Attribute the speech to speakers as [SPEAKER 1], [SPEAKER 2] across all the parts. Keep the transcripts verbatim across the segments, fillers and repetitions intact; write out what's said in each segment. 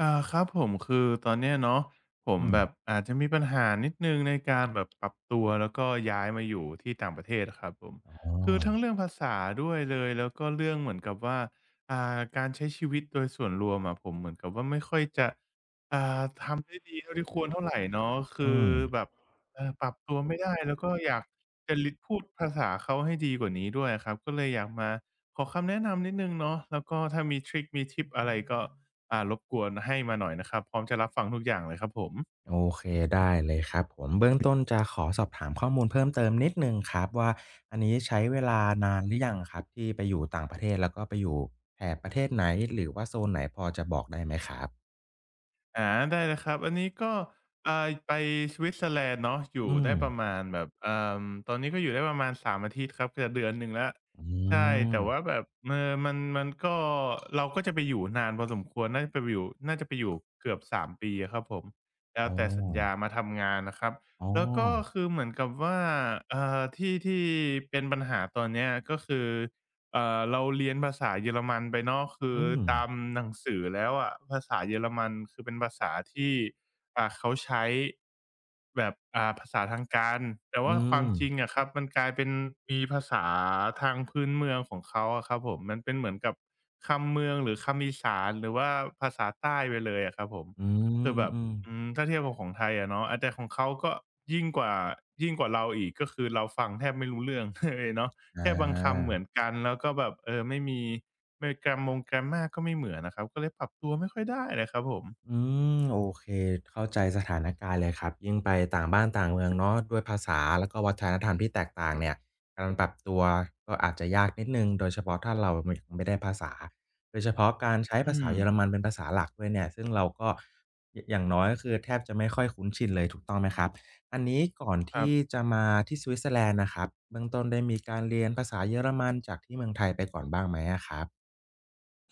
[SPEAKER 1] อ่าครับผมคือตอนเนี้ยเนาะผม
[SPEAKER 2] อืม
[SPEAKER 1] แบบอาจจะมีปัญหานิดหนึ่งในการแบบปรับตัวแล้วก็ย้ายมาอยู่ที่ต่างประเทศครับผม
[SPEAKER 2] อ๋อ
[SPEAKER 1] คือทั้งเรื่องภาษาด้วยเลยแล้วก็เรื่องเหมือนกับว่าอ่าการใช้ชีวิตโดยส่วนรวมอะผมเหมือนกับว่าไม่ค่อยจะอ่าทำได้ดีเท่าที่ควรเท่าไหรเนาะคื
[SPEAKER 2] อื
[SPEAKER 1] อ
[SPEAKER 2] ม
[SPEAKER 1] แบบเอ่อปรับตัวไม่ได้แล้วก็อยากจะลิดพูดภาษาเขาให้ดีกว่านี้ด้วยครับก็เลยอยากมา ขอคำแนะนำนิดนึงเนาะแล้วก็ถ้ามีทริคมีทิปอะไรก็อ่ารบกวนให้มาหน่อยนะครับ พร้อมจะรับฟังทุกอย่างเลยครับผม
[SPEAKER 2] โอเคได้เลยครับผมเบื้องต้นจะขอสอบถามข้อมูลเพิ่มเติมนิดหนึ่งครับว่าอันนี้ใช้เวลานานหรือยังครับที่ไปอยู่ต่างประเทศแล้วก็ไปอยู่แถบประเทศไหนหรือว่าโซนไหนพอจะบอกได้ไหมครับ
[SPEAKER 1] อาได้เลยครับอันนี้ก็อ่าไปสวิตเซอร์แลนด์เนาะอยู่
[SPEAKER 2] อืม
[SPEAKER 1] ได้ประมาณแบบเอ่อตอนนี้ก็อยู่ได้ประมาณสามอาทิตย์ครับจะเดือนหนึ่งแล้ว
[SPEAKER 2] อื
[SPEAKER 1] ใช่
[SPEAKER 2] ม
[SPEAKER 1] แต่ว่าแบบเออมันมันก็เราก็จะไปอยู่นานพอสมควรน่าจะไปอยู่น่าจะไปอยู่เกือบสามปีอะครับผมแล้
[SPEAKER 2] อ๋
[SPEAKER 1] ว
[SPEAKER 2] อ
[SPEAKER 1] แต่สัญญามาทำงานนะครับ
[SPEAKER 2] อ๋อ
[SPEAKER 1] แล้วก็คือเหมือนกับว่าเอ่อที่ที่เป็นปัญหาตอนเนี้ยก็คือ เอ่อเราเรียนภาษาเยอรมันไปเนาะคือ
[SPEAKER 2] อืม
[SPEAKER 1] ตามหนังสือแล้วอะภาษาเยอรมันคือเป็นภาษาที่อ่าเขาใช้แบบอ่าภาษาทางการแต่ว่า
[SPEAKER 2] อื
[SPEAKER 1] ความ
[SPEAKER 2] ม
[SPEAKER 1] จริงอะครับมันกลายเป็นมีภาษาทางพื้นเมืองของเขาอะครับผมมันเป็นเหมือนกับคำเมืองหรือคำอีสานหรือว่าภาษาใต้ไปเลยอะครับผม
[SPEAKER 2] อื
[SPEAKER 1] คือแบบ
[SPEAKER 2] ม
[SPEAKER 1] อื
[SPEAKER 2] ๆ
[SPEAKER 1] มถ้าเทียบกับของไทยอะเนาะอาแต่ของเขาก็ยิ่งกว่ายิ่งกว่าเราอีกก็คือเราฟังแทบไม่รู้เรื่อง เลยเนาะ
[SPEAKER 2] อ
[SPEAKER 1] แค่บางคำเหมือ
[SPEAKER 2] า
[SPEAKER 1] นกันแล้วก็แบบเออไม่มีไม่ grammar grammar ก็ไม่เหมือนนะครับก็เลยปรับตัวไม่ค่อยได้เลยครับผม
[SPEAKER 2] อืมโอเคเข้าใจสถานการณ์เลยครับยิ่งไปต่างบ้านต่างเมืองเนาะด้วยภาษาแล้วก็วัฒนธรรมที่แตกต่างเนี่ยการปรับตัวก็อาจจะยากนิดหนึ่งโดยเฉพาะถ้าเราไม่ไม่ได้ภาษาโดยเฉพาะการใช้
[SPEAKER 1] อื
[SPEAKER 2] ภาษา
[SPEAKER 1] ม
[SPEAKER 2] เยอรมันเป็นภาษาหลักด้วยเนี่ยซึ่งเราก็ยอย่างน้อยก็คือแทบจะไม่ค่อยคุ้นชินเลยถูกต้องไหมครับอันนี้ก่อน
[SPEAKER 1] ครั
[SPEAKER 2] ที่
[SPEAKER 1] บ
[SPEAKER 2] จะมาที่สวิตเซอร์แลนด์น่ะครับเบื้องต้นได้มีการเรียนภาษาเยอรมันจากที่เมืองไทยไปก่อนบ้างไหมอะครับ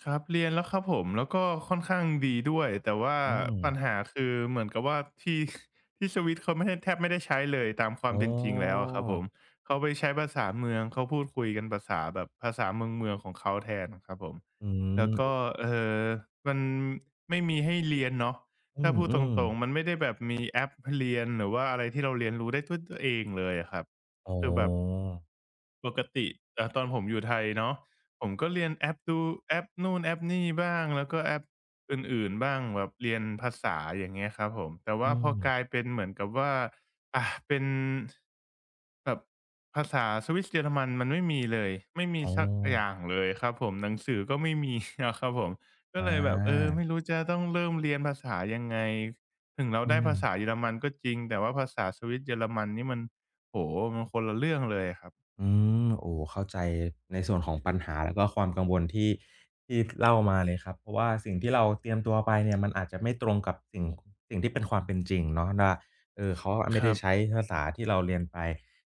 [SPEAKER 1] ครับเรียนแล้วครับผมแล้วก็ค่อนข้างดีด้วยแต่ว่า
[SPEAKER 2] อืม
[SPEAKER 1] ปัญหาคือเหมือนกับว่าที่ ที่สวิตเขาไม่ได้แทบไม่ได้ใช้เลยตามควา
[SPEAKER 2] อ๋
[SPEAKER 1] ม
[SPEAKER 2] อ
[SPEAKER 1] เป็นจริงแล้วอะครับผมเขาไปใช้ภาษาเมืองเขาพูดคุยกันภาษาแบบภาษาเมืองๆของเขาแทนอะครับผม
[SPEAKER 2] อื
[SPEAKER 1] แล้วก็
[SPEAKER 2] ม
[SPEAKER 1] เอ่อมันไม่มีให้เรียนเนาะ
[SPEAKER 2] อื
[SPEAKER 1] ถ้าพูดต
[SPEAKER 2] ม
[SPEAKER 1] ร
[SPEAKER 2] ๆ
[SPEAKER 1] งๆมันไม่ได้แบบมีแอปเรียนหรือว่าอะไรที่เราเรียนรู้ได้ด้วยตัวเองเลยอะครับ
[SPEAKER 2] อ๋
[SPEAKER 1] คือแบบ
[SPEAKER 2] อ
[SPEAKER 1] ปกติเอ่อตอนผมอยู่ไทยเนาะผมก็เรียนแอปดูแอปนู่นแอปนี่บ้างแล้วก็แอปอื่นๆบ้างแบบเรียนภาษาอย่างเงี้ยครับผมแต่ว่า
[SPEAKER 2] อื
[SPEAKER 1] พ
[SPEAKER 2] ม
[SPEAKER 1] อกลายเป็นเหมือนกับว่าอ่าเป็นแบบภาษาสวิสเยอรมันมันไม่มีเลยไม่มี
[SPEAKER 2] อ๋อ
[SPEAKER 1] สักอย่างเลยครับผมหนังสือก็ไม่มีอะครับผมก็
[SPEAKER 2] อา
[SPEAKER 1] เลยแบบเออไม่รู้จะต้องเริ่มเรียนภาษายังไงถึงเรา
[SPEAKER 2] อื
[SPEAKER 1] ได้ภาษา
[SPEAKER 2] ม
[SPEAKER 1] เยอรมันก็จริงแต่ว่าภาษาสวิสเยอรมันนี่มันโอ้โฮมันคนละเรื่องเลยอะครับ
[SPEAKER 2] อืมโอ้เข้าใจในส่วนของปัญหาแล้วก็ความกังวลที่ที่เล่ามาเลยครับเพราะว่าสิ่งที่เราเตรียมตัวไปเนี่ยมันอาจจะไม่ตรงกับสิ่งสิ่งที่เป็นความเป็นจริงเนาะว่าเอ่อเขาอะ
[SPEAKER 1] ค
[SPEAKER 2] ไม่ได้
[SPEAKER 1] รับ
[SPEAKER 2] ใช้ภาษาที่เราเรียนไป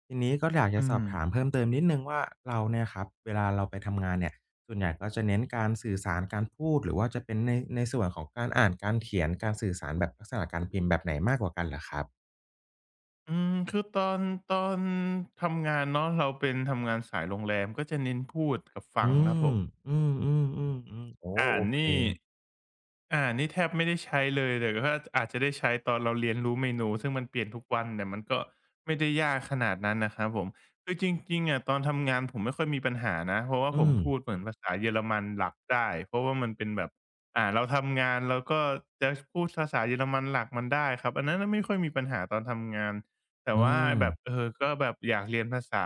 [SPEAKER 2] ทีนี้ก็อยากจะ
[SPEAKER 1] อื
[SPEAKER 2] สอบ
[SPEAKER 1] ม
[SPEAKER 2] ถามเพิ่มเติมนิดหนึ่งว่าเราเนี่ยครับเวลาเราไปทำงานเนี่ยส่วนใหญ่ก็จะเน้นการสื่อสารการพูดหรือว่าจะเป็นในในส่วนของการอ่านการเขียนการสื่อสารแบบลักษณะการพิมพ์แบบไหนมากกว่ากันเหรอครับ
[SPEAKER 1] อืมคือตอนตอนทำงานเนาะเราเป็นทำงานสายโรงแรมก็จะเน้นพูดกับ
[SPEAKER 2] อื
[SPEAKER 1] ฟังครับผ
[SPEAKER 2] ม
[SPEAKER 1] ม
[SPEAKER 2] อือๆๆๆโอ้
[SPEAKER 1] อ่า
[SPEAKER 2] โอ
[SPEAKER 1] น
[SPEAKER 2] เค
[SPEAKER 1] นี่อ่านนี่แทบไม่ได้ใช้เลยแต่ก็อาจจะได้ใช้ตอนเราเรียนรู้เมนูซึ่งมันเปลี่ยนทุกวันแต่มันก็ไม่ได้ยากขนาดนั้นนะครับผมคือจริงๆอะตอนทำงานผมไม่ค่อยมีปัญหานะเพราะว่าผ
[SPEAKER 2] อื
[SPEAKER 1] ม
[SPEAKER 2] ม
[SPEAKER 1] พูดเหมือนภาษาเยอรมันหลักได้เพราะว่ามันเป็นแบบอ่าเราทำงานเราก็จะพูดภาษาเยอรมันหลักมันได้ครับอันนั้นน่ะไม่ค่อยมีปัญหาตอนทำงานแต่
[SPEAKER 2] อื
[SPEAKER 1] ว่า
[SPEAKER 2] ม
[SPEAKER 1] แบบเออก็แบบอยากเรียนภาษา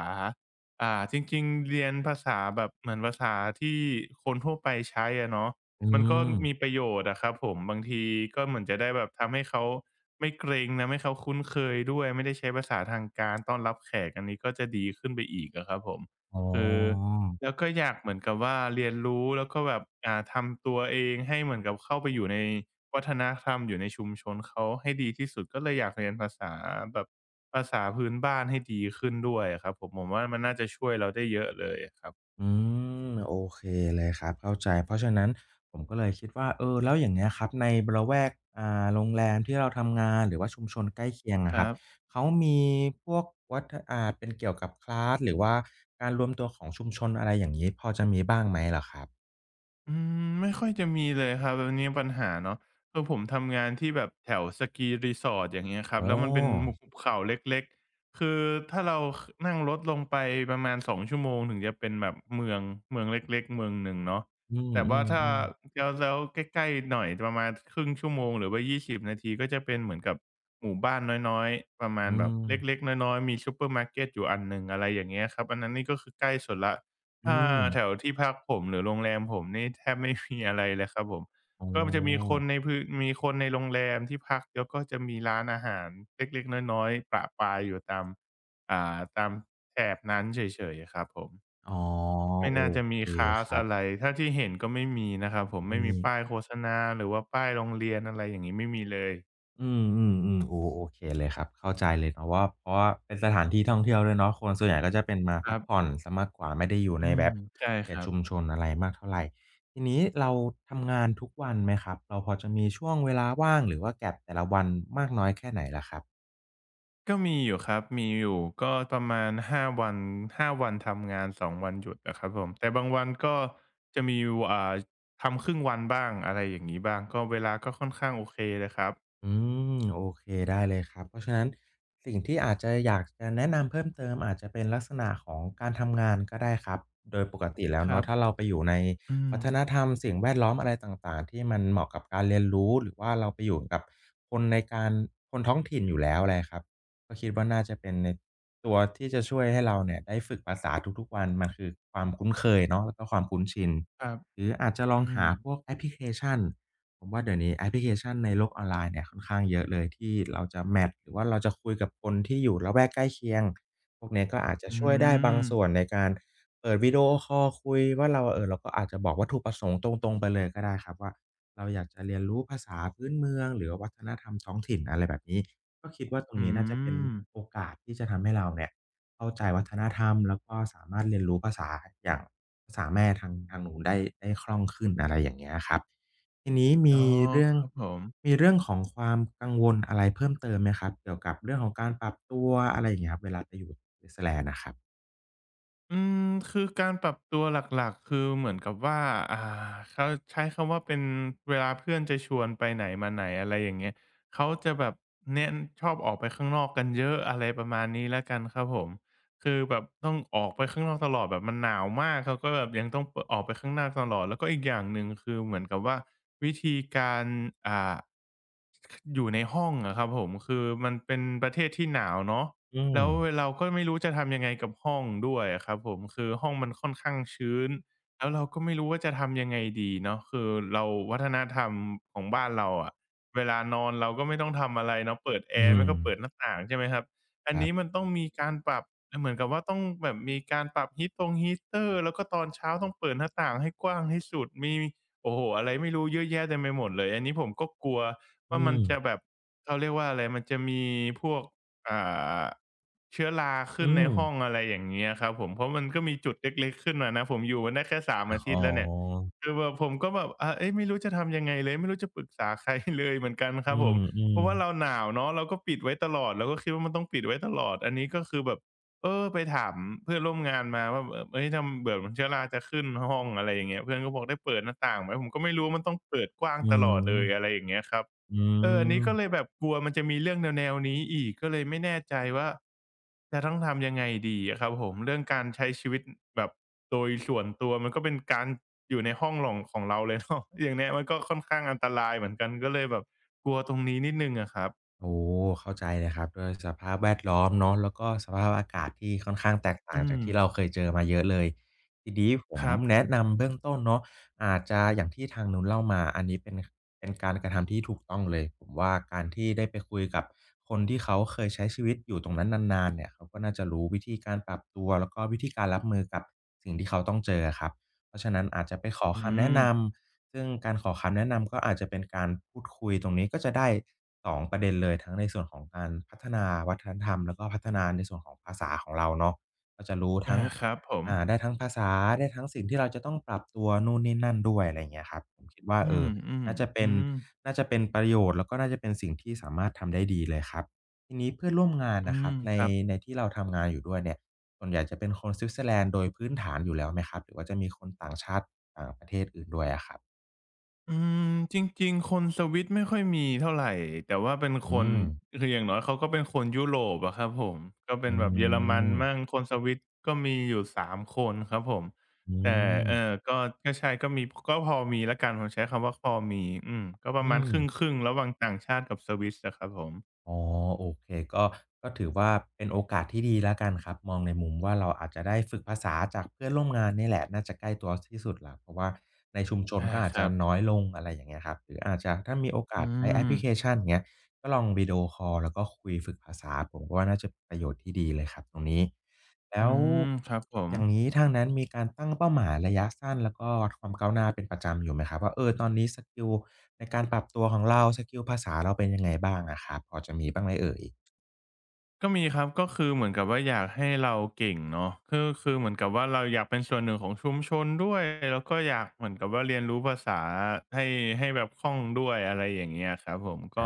[SPEAKER 1] อ่าจริงๆเรียนภาษาแบบเหมือนภาษาที่คนทั่วไปใช้อะเนาะ
[SPEAKER 2] อื
[SPEAKER 1] มันก็
[SPEAKER 2] ม
[SPEAKER 1] มีประโยชน์อะครับผมบางทีก็เหมือนจะได้แบบทำให้เขาไม่เกร็งทำให้เขาคุ้นเคยด้วยไม่ได้ใช้ภาษาทางการต้อนรับแขกอันนี้ก็จะดีขึ้นไปอีกอะครับผม
[SPEAKER 2] อ๋
[SPEAKER 1] คือ
[SPEAKER 2] อ
[SPEAKER 1] แล้วก็อยากเหมือนกับว่าเรียนรู้แล้วก็แบบอ่าทำตัวเองให้เหมือนกับเข้าไปอยู่ใน วัฒนธรรมอยู่ในชุมชนเขาให้ดีที่สุดก็เลยอยากเรียนภาษาแบบภาษาพื้นบ้านให้ดีขึ้นด้วยอะครับผมผมว่ามันน่าจะช่วยเราได้เยอะเลยอะครับ
[SPEAKER 2] อืมโอเคเลยครับเข้าใจเพราะฉะนั้นผมก็เลยคิดว่าเออแล้วอย่างเงี้ยครับในละแวกอ่าโรงแรมที่เราทำงานหรือว่าชุมชนใกล้เคียง
[SPEAKER 1] ค
[SPEAKER 2] อะครั
[SPEAKER 1] รั
[SPEAKER 2] บ
[SPEAKER 1] บ
[SPEAKER 2] เขามีพวกวัฒอ่าเป็นเกี่ยวกับคลาสหรือว่าการรวมตัวของชุมชนอะไรอย่างงี้พอจะมีบ้างไหมเหรอครับ
[SPEAKER 1] อืมไม่ค่อยจะมีเลยครับแบบนี้ปัญหาเนาะคือผมทำงานที่แบบแถวสกีรีสอร์ ที อย่างเงี้ยครับ
[SPEAKER 2] อ๋อ
[SPEAKER 1] แล้วมันเป็นหมู่หุบเขาเล็กๆคือถ้าเรานั่งรถลงไปประมาณสองชั่วโมงถึงจะเป็นแบบเมืองเมืองเล็กๆเมืองหนึ่งเนาะ
[SPEAKER 2] อื
[SPEAKER 1] แต่ว่าถ้า
[SPEAKER 2] มๆๆ
[SPEAKER 1] แล้วแล้วใกล้ๆหน่อยประมาณครึ่งชั่วโมงหรือว่ายี่สิบนาทีก็จะเป็นเหมือนกับหมู่บ้านน้อยๆประมา
[SPEAKER 2] อื
[SPEAKER 1] ณแบบ
[SPEAKER 2] ม
[SPEAKER 1] เล็กๆน้อยๆมีซูเปอร์มาร์เกตอยู่อันหนึ่งอะไรอย่างเงี้ยครับอันนั้นนี่ก็คือใกล้สุดละ
[SPEAKER 2] อื
[SPEAKER 1] ถ้า
[SPEAKER 2] ม
[SPEAKER 1] แถวที่พักผมหรือโรงแรมผมนี่แทบไม่มีอะไรเลยครับผม
[SPEAKER 2] อ๋อ
[SPEAKER 1] ก็มันจะมีคนในพื้นมีคนในโรงแรมที่พักแล้วก็จะมีร้านอาหารเล็กๆน้อยๆประปรายอยู่ตามอ่าตามแถบนั้นเฉยๆอครับผม
[SPEAKER 2] อ๋อ
[SPEAKER 1] ไม่
[SPEAKER 2] โอ
[SPEAKER 1] น่าจะมี
[SPEAKER 2] เค
[SPEAKER 1] คลา
[SPEAKER 2] ค
[SPEAKER 1] ส
[SPEAKER 2] รับ
[SPEAKER 1] อะไรถ้าที่เห็นก็ไม่มีนะครับผมไม่มี
[SPEAKER 2] ไม่
[SPEAKER 1] ป้ายโฆษณาหรือว่าป้ายโรงเรียนอะไรอย่างงี้ไม่มีเลย
[SPEAKER 2] อืมๆๆโอ้โอเคเลยครับเข้าใจเลยเนาะว่าเพราะว่าเป็นสถานที่ท่องเที่ยวด้วยเนาะคนส่วนใหญ่ก็จะเป็นมา
[SPEAKER 1] ค
[SPEAKER 2] พั
[SPEAKER 1] รั
[SPEAKER 2] ก
[SPEAKER 1] บ
[SPEAKER 2] ผ่อนซสมากกว่าไม่ได้อยู่
[SPEAKER 1] อื
[SPEAKER 2] ในแบ
[SPEAKER 1] ม
[SPEAKER 2] บ
[SPEAKER 1] ใช่
[SPEAKER 2] เข
[SPEAKER 1] ค
[SPEAKER 2] ต
[SPEAKER 1] รั
[SPEAKER 2] ชุม
[SPEAKER 1] บ
[SPEAKER 2] ชนอะไรมากเท่าไหร่ทีนี้เราทำงานทุกวันไหมครับเราพอจะมีช่วงเวลาว่างหรือว่าแก็บแต่ละวันมากน้อยแค่ไหนล่ะครับ
[SPEAKER 1] ก็มีอยู่ครับมีอยู่ก็ประมาณห้าวันห้าวันทำงานสองวันหยุดอะครับผมแต่บางวันก็จะมีอ่าทำครึ่งวันบ้างอะไรอย่างงี้บ้างก็เวลาก็ค่อนข้างโอเคเลยครับ
[SPEAKER 2] อืมโอเคได้เลยครับเพราะฉะนั้นสิ่งที่อาจจะอยากจะแนะนำเพิ่มเติมอาจจะเป็นลักษณะของการทำงานก็ได้ครับโดยปกติแล้ว
[SPEAKER 1] ครั
[SPEAKER 2] เนาะ
[SPEAKER 1] บ
[SPEAKER 2] ถ้าเราไปอยู่ใน
[SPEAKER 1] อื
[SPEAKER 2] วั
[SPEAKER 1] ม
[SPEAKER 2] ฒนธรรมสิ่งแวดล้อมอะไรต่างๆที่มันเหมาะกับการเรียนรู้หรือว่าเราไปอยู่กับคนในการคนท้องถิ่นอยู่แล้วอะไรครับก็คิดว่าน่าจะเป็นในตัวที่จะช่วยให้เราเนี่ยได้ฝึกภาษาทุกๆวันมันคือความคุ้นเคยเนาะแล้วก็ความคุ้นชิน
[SPEAKER 1] ครับ
[SPEAKER 2] หรืออาจจะลอง
[SPEAKER 1] อื
[SPEAKER 2] หา
[SPEAKER 1] ม
[SPEAKER 2] พวกแอปพลิเคชัน ผมว่าเดี๋ยวนี้แอปพลิเคชันในโลกออนไลน์เนี่ยค่อนข้างเยอะเลยที่เราจะแมตช์หรือว่าเราจะคุยกับคนที่อยู่ละแวกใกล้เคียงพวกเนี้ยก็อาจจะ
[SPEAKER 1] อื
[SPEAKER 2] ช่วยได้บาง
[SPEAKER 1] ม
[SPEAKER 2] ส่วนในการเปิดวิดีโอคอลคุยว่าเราเอ่อเราก็อาจจะบอกวัตถุประสงค์ตรงๆไปเลยก็ได้ครับว่าเราอยากจะเรียนรู้ภาษาพื้นเมืองหรือว่าวัฒนธรรมท้องถิ่นอะไรแบบนี้ก็คิดว่าตรง
[SPEAKER 1] อื
[SPEAKER 2] นี้น่าจะเป็น
[SPEAKER 1] ม
[SPEAKER 2] โอกาสที่จะทำให้เราเนี่ยเข้าใจวัฒนธรรมแล้วก็สามารถเรียนรู้ภาษาอย่างภาษาแม่ทางทางนู้นได้ได้คล่องขึ้นอะไรอย่างเงี้ยครับ ทีนี้
[SPEAKER 1] อ๋
[SPEAKER 2] มี
[SPEAKER 1] อ
[SPEAKER 2] เรื่อ
[SPEAKER 1] ค
[SPEAKER 2] ง
[SPEAKER 1] รับผม
[SPEAKER 2] มีเรื่องของความกังวลอะไรเพิ่มเติมไหมครับเกี่ยวกับเรื่องของการปรับตัวอะไรอย่างเงี้ยครับเวลาไปอยู่ s w ซ t ล e น่ะครับ
[SPEAKER 1] อืมคือการปรับตัวหลักๆคือเหมือนกับว่าอ่าเขาใช้คำว่าเป็นเวลาเพื่อนจะชวนไปไหนมาไหนอะไรอย่างเงี้ยเขาจะแบบเน้นชอบออกไปข้างนอกกันเยอะอะไรประมาณนี้แล้วกันครับผมคือแบบต้องออกไปข้างนอกตลอดแบบมันหนาวมากเขาก็แบบยังต้องปออกไปข้างนอกตลอดแล้วก็อีกอย่างหนึ่งคือเหมือนกับว่าวิธีการอ่าอยู่ในห้องอะครับผมคือมันเป็นประเทศที่หนาวเนาะ
[SPEAKER 2] อืม
[SPEAKER 1] แล้วเราก็ไม่รู้จะทำยังไงกับห้องด้วยอะครับผมคือห้องมันค่อนข้างชื้นแล้วเราก็ไม่รู้ว่าจะทำยังไงดีเนาะคือเราวัฒนธรรมของบ้านเราอะเวลานอนเราก็ไม่ต้องทำอะไรเนาะเปิดแอ
[SPEAKER 2] อื
[SPEAKER 1] ร์ไม่
[SPEAKER 2] ม
[SPEAKER 1] ก็เปิดหน้าต่างใช่ไหมครับอั
[SPEAKER 2] ค
[SPEAKER 1] น
[SPEAKER 2] รั
[SPEAKER 1] นี้
[SPEAKER 2] บ
[SPEAKER 1] มันต้องมีการปรับเหมือนกับว่าต้องแบบมีการปรับ heat ตรง heater แล้วก็ตอนเช้าต้องเปิดหน้าต่างให้กว้างที่สุดมีโอ้โฮอะไรไม่รู้เยอะแยะเต็มไปหมดเลยอันนี้ผมก็กลัว
[SPEAKER 2] อื
[SPEAKER 1] ว่ามัน
[SPEAKER 2] ม
[SPEAKER 1] จะแบบเขาเรียกว่าอะไรมันจะมีพวก อ่าเชื้อราขึ้น
[SPEAKER 2] อื
[SPEAKER 1] ใน
[SPEAKER 2] ม
[SPEAKER 1] ห้องอะไรอย่างเงี้ยครับผมเพราะมันก็มีจุดเล็กๆขึ้นมานะผมอยู่มาได้แค่สามอา
[SPEAKER 2] อ๋
[SPEAKER 1] ทิ
[SPEAKER 2] อ
[SPEAKER 1] ตย์แล้วเนี่ยคือแบบผมก็แบบอ่าเอ๊ยไม่รู้จะทำยังไงเลยไม่รู้จะปรึกษาใครเลยเหมือนกันค
[SPEAKER 2] อื
[SPEAKER 1] รับผม
[SPEAKER 2] ม
[SPEAKER 1] เพราะว่าเรา
[SPEAKER 2] ๆ
[SPEAKER 1] หนาวเนาะเราก็ปิดไว้ตลอดเราก็คิดว่ามันต้องปิดไว้ตลอดอันนี้ก็คือแบบเออไปถามเพื่อนร่วมงานมาว่าเอ่อเฮ้ยทำเบื่อมันเชื้อราจะขึ้นห้องอะไรอย่างเงี้ยเพื่อนก็บอกได้เปิดหน้าต่างไหมผมก็ไม่รู้ว่ามันต้องเปิดกว้าง
[SPEAKER 2] อื
[SPEAKER 1] ตล
[SPEAKER 2] ม
[SPEAKER 1] อดเลยอะไรอย่างเงี้ยครับ
[SPEAKER 2] อื
[SPEAKER 1] เอออันนี้ก็
[SPEAKER 2] ม
[SPEAKER 1] เลยแบบกลัวมันจะมีเรื่องแนวๆนี้อีกก็เลยไม่แน่ใจว่าจะต้องทำยังไงดีอะครับผมเรื่องการใช้ชีวิตแบบโดยส่วนตัวมันก็เป็นการอยู่ในห้องหล่องของเราเลยเนาะ อย่างเนี้ยมันก็ค่อนข้างอันตรายเหมือนกัน ก็เลยแบบกลัวตรงนี้นิดหนึ่งอะครับ
[SPEAKER 2] โอ้เข้าใจเลยครับด้วยสภาพแวดล้อมเนาะแล้วก็สภาพอากาศที่ค่อนข้างแตกต่าง
[SPEAKER 1] อื
[SPEAKER 2] จาก
[SPEAKER 1] ม
[SPEAKER 2] ที่เราเคยเจอมาเยอะเลยทีนี้ผม
[SPEAKER 1] ครับ
[SPEAKER 2] แนะนำเบื้องต้นเนาะอาจจะอย่างที่ทางนู้นเล่ามาอันนี้เป็นเป็นการกระทำที่ถูกต้องเลยผมว่าการที่ได้ไปคุยกับคนที่เขาเคยใช้ชีวิตอยู่ตรงนั้นนานๆเนี่ยเขาก็น่าจะรู้วิธีการปรับตัวแล้วก็วิธีการรับมือกับสิ่งที่เขาต้องเจออะครับ เพราะฉะนั้นอาจจะไปขอ
[SPEAKER 1] อื
[SPEAKER 2] คำแนะ
[SPEAKER 1] ม
[SPEAKER 2] นำซึ่งการขอคำแนะนำก็อาจจะเป็นการพูดคุยตรงนี้ก็จะได้สองประเด็นเลยทั้งในส่วนของการพัฒนาวัฒนธรรมแล้วก็พัฒนาในส่วนของภาษาของเราเนาะก็จะรู้ทั้
[SPEAKER 1] อา
[SPEAKER 2] ง
[SPEAKER 1] ครับผม
[SPEAKER 2] อ่าได้ทั้งภาษาได้ทั้งสิ่งที่เราจะต้องปรับตัวนู่นนี่นั่นด้วยอะไรอย่างเงี้ยครับผมคิดว่า
[SPEAKER 1] อื
[SPEAKER 2] เออ
[SPEAKER 1] มๆ
[SPEAKER 2] น่าจะเป็
[SPEAKER 1] อื
[SPEAKER 2] น
[SPEAKER 1] ม
[SPEAKER 2] น่าจะเป็นประโยชน์แล้วก็น่าจะเป็นสิ่งที่สามารถทำได้ดีเลยครับทีนี้เพื่อนร่วมงาน
[SPEAKER 1] อื
[SPEAKER 2] น่ะครั
[SPEAKER 1] ม
[SPEAKER 2] บใน
[SPEAKER 1] ครับ
[SPEAKER 2] ในที่เราทำงานอยู่ด้วยเนี่ย ส่วนใหญ่จะเป็นคนสวิตเซอร์แลนด์โดยพื้นฐานอยู่แล้วไหมครับหรือว่าจะมีคนต่างชาติต่างประเทศอื่นด้วยอะครับ
[SPEAKER 1] อืมจริงๆคนสวิตไม่ค่อยมีเท่าไรแต่ว่าเป็นค
[SPEAKER 2] อื
[SPEAKER 1] น
[SPEAKER 2] ม
[SPEAKER 1] คืออย่างน้อยเขาก็เป็นคนยุโรปอะครับผมก็เป็
[SPEAKER 2] อื
[SPEAKER 1] นแบบเยอรมันมั่ง
[SPEAKER 2] ม
[SPEAKER 1] คนสวิตก็มีอยู่สามคนครับผม
[SPEAKER 2] อื
[SPEAKER 1] แต่เอ่อ
[SPEAKER 2] ม
[SPEAKER 1] ก็ก็ใช่ก็มีก็พอมีแล้วกันผมใช้คำว่าพอมีอืมก็ประ
[SPEAKER 2] อื
[SPEAKER 1] มาณ
[SPEAKER 2] ม
[SPEAKER 1] ครึ่งๆระหว่างต่างชาติกับสวิสอะครับผม
[SPEAKER 2] อ๋อโอเคก็ก็ถือว่าเป็นโอกาสที่ดีแล้วกันครับมองในมุมว่าเราอาจจะได้ฝึกภาษาจากเพื่อนร่วมงานเนี่ยแหละน่าจะใกล้ตัวที่สุดแล้วเพราะว่าในชุมชน
[SPEAKER 1] อา
[SPEAKER 2] ก็อาจ
[SPEAKER 1] ค
[SPEAKER 2] จะ
[SPEAKER 1] รับ
[SPEAKER 2] น้อยลงอะไรอย่างเงี้ยครับหรืออาจจะถ้ามีโอกา
[SPEAKER 1] อื
[SPEAKER 2] สใช้แอปพ
[SPEAKER 1] ม
[SPEAKER 2] ลิเคชันอย่างเงี้ยก็ลองวิดีโอคอลแล้วก็คุยฝึกภาษาผมก็ว่าน่าจะประโยชน์ที่ดีเลยครับตรงนี้ แล้
[SPEAKER 1] อื
[SPEAKER 2] ว
[SPEAKER 1] มครับผม
[SPEAKER 2] อย่างนี้ทางนั้นมีการตั้งเป้าหมายระยะสั้นแล้วก็วัดความก้าวหน้าเป็นประจำอยู่ไหมครับว่าเออตอนนี้สกิลในการปรับตัวของเราสกิลภาษาเราเป็นยังไงบ้างอะครับพอจะมีบ้างไหมเอ่ย
[SPEAKER 1] ก็มีครับก็คือเหมือนกับว่าอยากให้เราเก่งเนาะคือคือเหมือนกับว่าเราอยากเป็นส่วนหนึ่งของชุมชนด้วยแล้วก็อยากเหมือนกับว่าเรียนรู้ภาษาให้ให้แบบคล่องด้วยอะไรอย่างเงี้ยครับผมก็
[SPEAKER 2] อ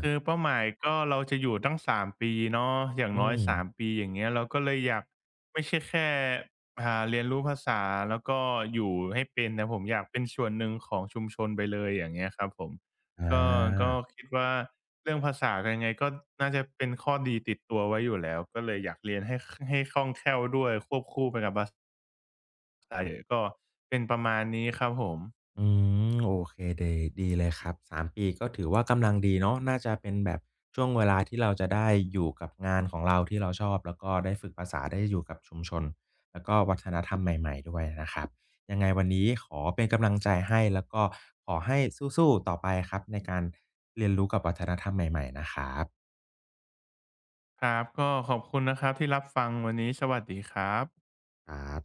[SPEAKER 1] คือเป้าหมายก็เราจะอยู่ตั้งสามปีเนาะอย่าง
[SPEAKER 2] อื
[SPEAKER 1] น้อย
[SPEAKER 2] ม
[SPEAKER 1] สามปีอย่างเงี้ยเราก็เลยอยากไม่ใช่แค่อ่าเรียนรู้ภาษาแล้วก็อยู่ให้เป็นแต่ผมอยากเป็นส่วนหนึ่งของชุมชนไปเลยอย่างเงี้ยครับผม
[SPEAKER 2] อา
[SPEAKER 1] ก็ก็คิดว่า เรื่องภาษายังไงก็น่าจะเป็นข้อดีติดตัวไว้อยู่แล้วก็เลยอยากเรียนให้ คให้คล่องแคล่วด้วยควบคู่ไปกับภาษาก็เป็นประมาณนี้ครับผม
[SPEAKER 2] อืมโอเคเดีดีเลยครับสามปีก็ถือว่ากำลังดีเนาะน่าจะเป็นแบบช่วงเวลาที่เราจะได้อยู่กับงานของเราที่เราชอบแล้วก็ได้ฝึกภาษาได้อยู่กับชุมชนแล้วก็วัฒนธรรมใหม่ๆด้วยนะครับยังไงวันนี้ขอเป็นกำลังใจให้แล้วก็ขอให้สู้ๆต่อไปครับในการเรียนรู้กับวัฒนธรรมใหม่ๆนะครับ
[SPEAKER 1] ครับก็ขอบคุณนะครับที่รับฟังวันนี้สวัสดีครับ
[SPEAKER 2] ครับ